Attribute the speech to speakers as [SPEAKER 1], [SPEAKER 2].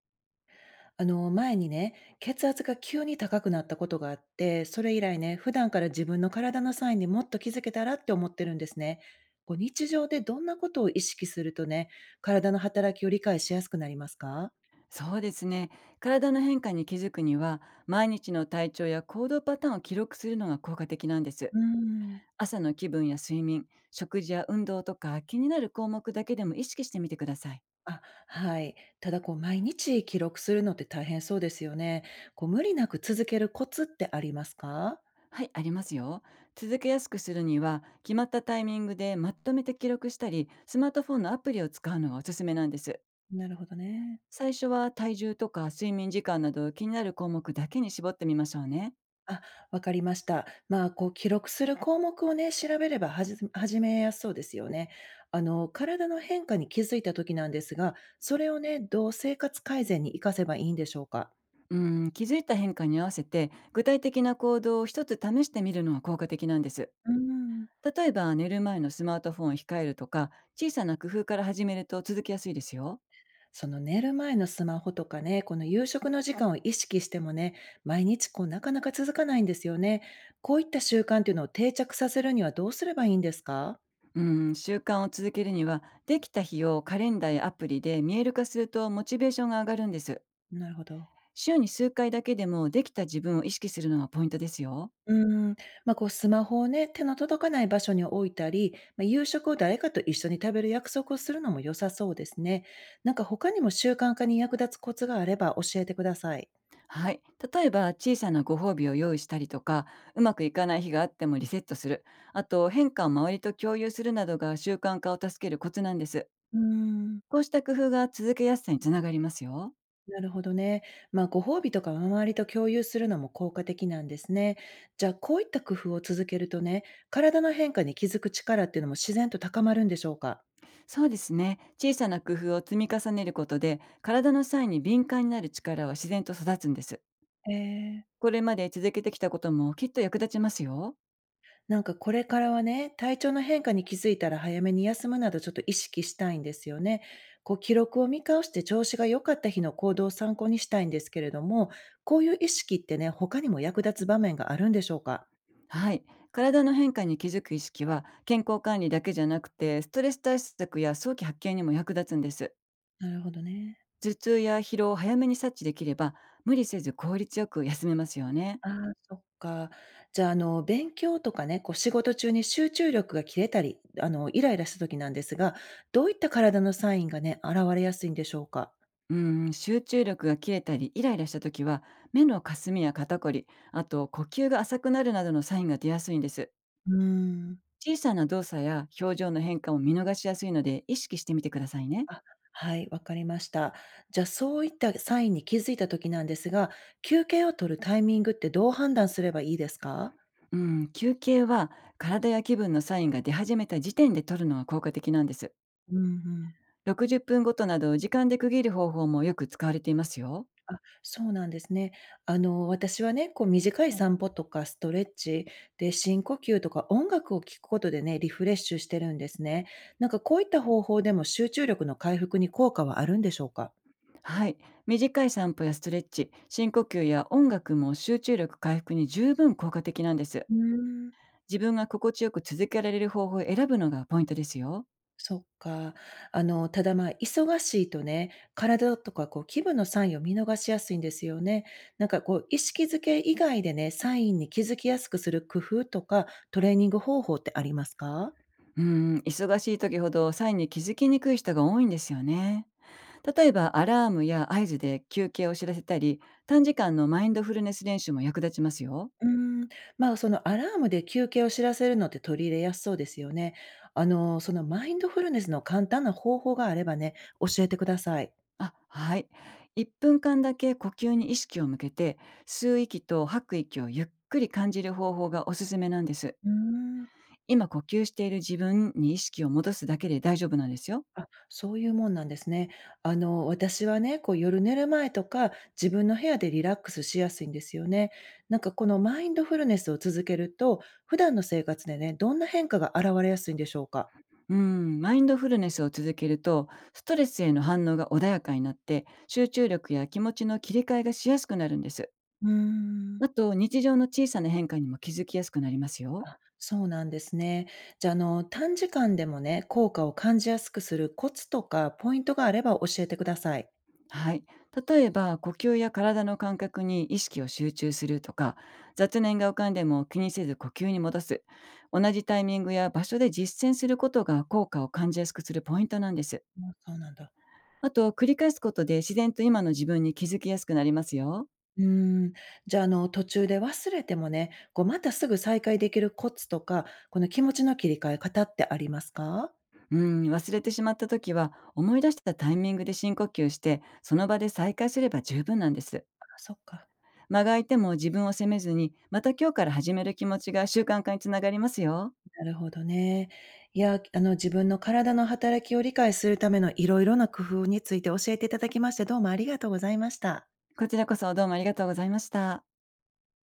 [SPEAKER 1] 前にね、血圧が急に高くなったことがあって、それ以来ね、普段から自分の体のサインにもっと気づけたらって思ってるんですね。こう日常でどんなことを意識するとね、体の働きを理解しやすくなりますか？
[SPEAKER 2] そうですね。体の変化に気づくには、毎日の体調や行動パターンを記録するのが効果的なんです。
[SPEAKER 1] うーん、
[SPEAKER 2] 朝の気分や睡眠、食事や運動とか気になる項目だけでも意識してみてください。
[SPEAKER 1] あ、はい。ただこう、毎日記録するのって大変そうですよね。こう、無理なく続けるコツってありますか？
[SPEAKER 2] はい、ありますよ。続けやすくするには、決まったタイミングでまとめて記録したり、スマートフォンのアプリを使うのがおすすめなんです。
[SPEAKER 1] なるほどね。
[SPEAKER 2] 最初は体重とか睡眠時間など気になる項目だけに絞ってみましょうね。
[SPEAKER 1] あ、わかりました。まあ、こう記録する項目をね、調べれば始めやすそうですよね。あの、体の変化に気づいた時なんですが、それをね、どう生活改善に活かせばいいんでしょうか？
[SPEAKER 2] うん、気づいた変化に合わせて具体的な行動を一つ試してみるのは効果的なんです。
[SPEAKER 1] うん。
[SPEAKER 2] 例えば寝る前のスマートフォンを控えるとか小さな工夫から始めると続きやすいですよ。
[SPEAKER 1] その寝る前のスマホとかね、この夕食の時間を意識してもね、毎日こうなかなか続かないんですよね。こういった習慣っていうのを定着させるにはどうすればいいんですか？
[SPEAKER 2] うん、習慣を続けるにはできた日をカレンダーやアプリで見える化するとモチベーションが上がるんです。
[SPEAKER 1] なるほど。
[SPEAKER 2] 週に数回だけでもできた自分を意識するのがポイントですよ。
[SPEAKER 1] うーん、まあ、こうスマホをね、手の届かない場所に置いたり、まあ、夕食を誰かと一緒に食べる約束をするのも良さそうですね。なんか他にも習慣化に役立つコツがあれば教えてください。
[SPEAKER 2] はい。例えば、小さなご褒美を用意したりとか、うまくいかない日があってもリセットする。あと、変化を周りと共有するなどが習慣化を助けるコツなんです。
[SPEAKER 1] うーん、
[SPEAKER 2] こうした工夫が続けやすさにつながりますよ。
[SPEAKER 1] なるほどね。まあ、ご褒美とか周りと共有するのも効果的なんですね。じゃあ、こういった工夫を続けるとね、体の変化に気づく力っていうのも自然と高まるんでしょうか？
[SPEAKER 2] そうですね。小さな工夫を積み重ねることで、体の際に敏感になる力は自然と育つんです。
[SPEAKER 1] へー。
[SPEAKER 2] これまで続けてきたこともきっと役立ちますよ。
[SPEAKER 1] なんかこれからはね、体調の変化に気づいたら早めに休むなどちょっと意識したいんですよね。こう記録を見返して調子が良かった日の行動を参考にしたいんですけれども、こういう意識ってね、他にも役立つ場面があるんでしょうか？
[SPEAKER 2] はい。体の変化に気づく意識は、健康管理だけじゃなくて、ストレス対策や早期発見にも役立つんです。
[SPEAKER 1] なるほどね。
[SPEAKER 2] 頭痛や疲労を早めに察知できれば、無理せず効率よく休めますよね。
[SPEAKER 1] ああ、そっか。じゃあ、勉強とかね、こう仕事中に集中力が切れたり、イライラした時なんですが、どういった体のサインがね、現れやすいんでしょうか？
[SPEAKER 2] うん、集中力が切れたりイライラした時は、目のかすみや肩こり、あと呼吸が浅くなるなどのサインが出やすいんです。
[SPEAKER 1] うーん。
[SPEAKER 2] 小さな動作や表情の変化も見逃しやすいので意識してみてくださいね。
[SPEAKER 1] あ、はい、わかりました。じゃ、あそういったサインに気づいた時なんですが、休憩を取るタイミングってどう判断すればいいですか？
[SPEAKER 2] うん、休憩は体や気分のサインが出始めた時点で取るのが効果的なんです。
[SPEAKER 1] うんうん。
[SPEAKER 2] 60分ごとなどを時間で区切る方法もよく使われていますよ。
[SPEAKER 1] あ、そうなんですね。あの、私はね、こう短いい。散歩とかストレッチ、で、深呼吸とか音楽を聴くことでね、リフレッシュしてるんですね。なんかこういった方法でも集中力の回復に効果はあるんでしょうか？
[SPEAKER 2] はい。短い散歩やストレッチ、深呼吸や音楽も集中力回復に十分効果的なんです。
[SPEAKER 1] うーん。
[SPEAKER 2] 自分が心地よく続けられる方法を選ぶのがポイントですよ。
[SPEAKER 1] そっか。ただ、まあ、忙しいとね、体とかこう気分のサインを見逃しやすいんですよね。なんかこう、意識づけ以外でね、サインに気づきやすくする工夫とか、トレーニング方法ってありますか？
[SPEAKER 2] うーん、忙しい時ほどサインに気づきにくい人が多いんですよね。例えばアラームや合図で休憩を知らせたり、短時間のマインドフルネス練習も役立ちますよ。
[SPEAKER 1] うーん、まあ、そのアラームで休憩を知らせるのって取り入れやすそうですよね。あの、そのマインドフルネスの簡単な方法があればね、教えてください。
[SPEAKER 2] あ、はい。1分間だけ呼吸に意識を向けて、吸う息と吐く息をゆっくり感じる方法がおすすめなんです。
[SPEAKER 1] うーん。
[SPEAKER 2] 今呼吸している自分に意識を戻すだけで大丈夫なんですよ。
[SPEAKER 1] あ、そういうもんなんですね。あの、私はね、こう夜寝る前とか、自分の部屋でリラックスしやすいんですよね。なんかこのマインドフルネスを続けると、普段の生活でね、どんな変化が現れやすいんでしょうか？
[SPEAKER 2] うん、マインドフルネスを続けると、ストレスへの反応が穏やかになって、集中力や気持ちの切り替えがしやすくなるんです。
[SPEAKER 1] うーん。
[SPEAKER 2] あと、日常の小さな変化にも気づきやすくなりますよ。
[SPEAKER 1] あ、そうなんですね。じゃあ、短時間でもね、効果を感じやすくするコツとかポイントがあれば教えてください。
[SPEAKER 2] はい。例えば、呼吸や体の感覚に意識を集中するとか、雑念が浮かんでも気にせず呼吸に戻す。同じタイミングや場所で実践することが効果を感じやすくするポイントなんです。
[SPEAKER 1] あ、そうなんだ。
[SPEAKER 2] あと、繰り返すことで自然と今の自分に気づきやすくなりますよ。
[SPEAKER 1] うーん、じゃあ、途中で忘れてもね、こう、またすぐ再開できるコツとか、この気持ちの切り替え方ってありますか？
[SPEAKER 2] うん、忘れてしまった時は、思い出したタイミングで深呼吸して、その場で再開すれば十分なんです。
[SPEAKER 1] あ、そっか、
[SPEAKER 2] 間が空いても自分を責めずに、また今日から始める気持ちが習慣化につながりますよ。
[SPEAKER 1] なるほどね。いや、あの、自分の体の働きを理解するためのいろいろな工夫について教えていただきまして、どうもありがとうございました。
[SPEAKER 2] こちらこそどうもありがとうございました。